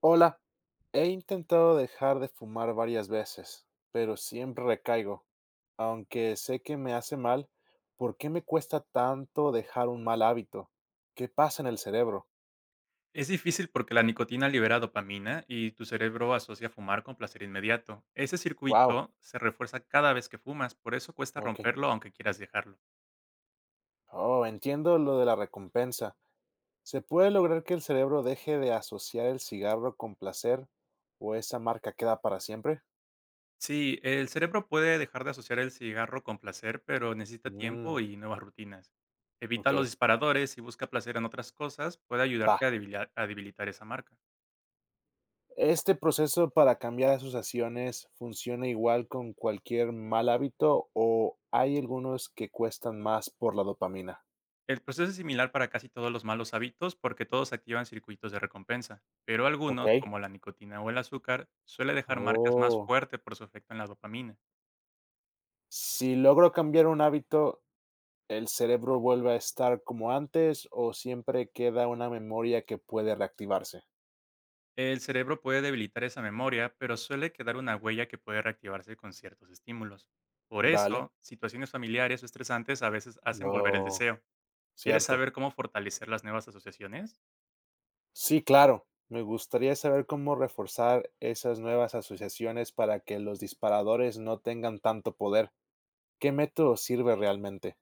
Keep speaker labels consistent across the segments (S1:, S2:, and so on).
S1: Hola, he intentado dejar de fumar varias veces, pero siempre recaigo. Aunque sé que me hace mal, ¿por qué me cuesta tanto dejar un mal hábito? ¿Qué pasa en el cerebro?
S2: Es difícil porque la nicotina libera dopamina y tu cerebro asocia fumar con placer inmediato. Ese
S1: Wow,
S2: circuito se refuerza cada vez que fumas, por eso cuesta
S1: ok.
S2: romperlo aunque quieras dejarlo.
S1: Oh, entiendo lo de la recompensa. ¿Se puede lograr que el cerebro deje de asociar el cigarro con placer o esa marca queda para siempre?
S2: Sí, el cerebro puede dejar de asociar el cigarro con placer, pero necesita tiempo
S1: Mm,
S2: y nuevas rutinas. Evita
S1: ok,
S2: los disparadores y busca placer en otras cosas, puede
S1: va.
S2: ayudarte a a debilitar esa marca.
S1: Este proceso para cambiar sus acciones funciona igual con cualquier mal hábito o hay algunos que cuestan más por la dopamina.
S2: El proceso es similar para casi todos los malos hábitos porque todos activan circuitos de recompensa, pero
S1: Ok.
S2: algunos, como la nicotina o el azúcar, suele dejar marcas más
S1: Oh.
S2: fuertes por su efecto en la dopamina.
S1: Si logro cambiar un hábito, ¿el cerebro vuelve a estar como antes o siempre queda una memoria que puede reactivarse?
S2: El cerebro puede debilitar esa memoria, pero suele quedar una huella que puede reactivarse con ciertos estímulos. Por
S1: Vale.
S2: eso, situaciones familiares o estresantes a veces hacen volver el
S1: Oh,
S2: deseo. ¿Quieres
S1: cierto.
S2: saber cómo fortalecer las nuevas asociaciones?
S1: Sí, claro. Me gustaría saber cómo reforzar esas nuevas asociaciones para que los disparadores no tengan tanto poder. ¿Qué método sirve realmente?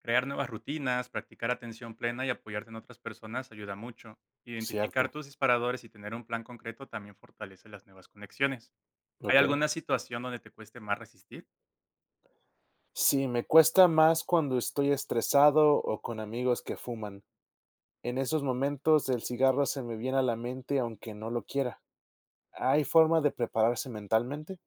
S2: Crear nuevas rutinas, practicar atención plena y apoyarte en otras personas ayuda mucho. Identificar
S1: Cierto,
S2: tus disparadores y tener un plan concreto también fortalece las nuevas conexiones. ¿Hay
S1: ok.
S2: alguna situación donde te cueste más resistir?
S1: Sí, me cuesta más cuando estoy estresado o con amigos que fuman. En esos momentos el cigarro se me viene a la mente aunque no lo quiera. ¿Hay forma de prepararse mentalmente?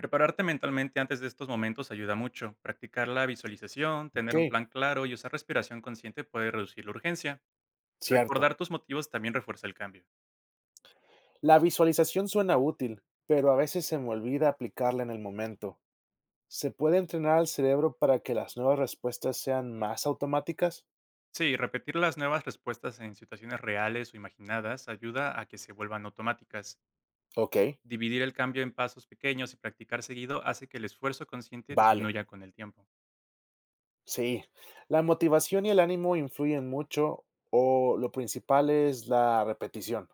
S2: Prepararte mentalmente antes de estos momentos ayuda mucho. Practicar la visualización,
S1: Ok,
S2: tener un plan claro y usar respiración consciente puede reducir la urgencia.
S1: cierto.
S2: Recordar tus motivos también refuerza el cambio.
S1: La visualización suena útil, pero a veces se me olvida aplicarla en el momento. ¿Se puede entrenar al cerebro para que las nuevas respuestas sean más automáticas?
S2: Sí, repetir las nuevas respuestas en situaciones reales o imaginadas ayuda a que se vuelvan automáticas.
S1: Ok,
S2: Dividir el cambio en pasos pequeños y practicar seguido hace que el esfuerzo consciente
S1: vale.
S2: disminuya con el tiempo.
S1: Sí, la motivación y el ánimo influyen mucho o lo principal es la repetición.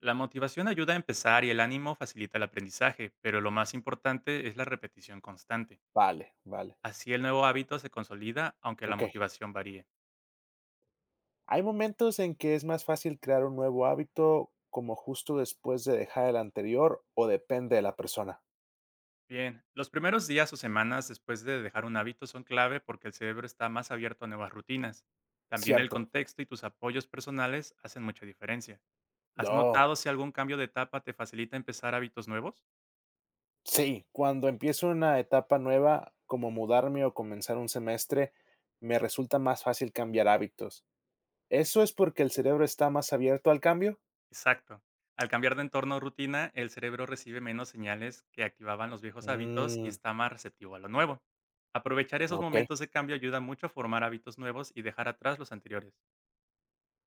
S2: La motivación ayuda a empezar y el ánimo facilita el aprendizaje, pero lo más importante es la repetición constante.
S1: Vale, vale.
S2: Así el nuevo hábito se consolida aunque la
S1: Ok.
S2: motivación varíe.
S1: Hay momentos en que es más fácil crear un nuevo hábito como justo después de dejar el anterior o depende de la persona.
S2: Bien, los primeros días o semanas después de dejar un hábito son clave porque el cerebro está más abierto a nuevas rutinas. También el
S1: Cierto.
S2: contexto y tus apoyos personales hacen mucha diferencia. ¿Has
S1: No.
S2: notado si algún cambio de etapa te facilita empezar hábitos nuevos?
S1: Sí, cuando empiezo una etapa nueva, como mudarme o comenzar un semestre, me resulta más fácil cambiar hábitos. ¿Eso es porque el cerebro está más abierto al cambio?
S2: Exacto. Al cambiar de entorno o rutina, el cerebro recibe menos señales que activaban los viejos hábitos y
S1: Mm,
S2: está más receptivo a lo nuevo. Aprovechar esos
S1: ok.
S2: momentos de cambio ayuda mucho a formar hábitos nuevos y dejar atrás los anteriores.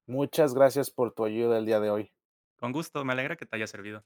S1: Muchas gracias por tu ayuda el día de hoy.
S2: Con gusto, me alegra que te haya servido.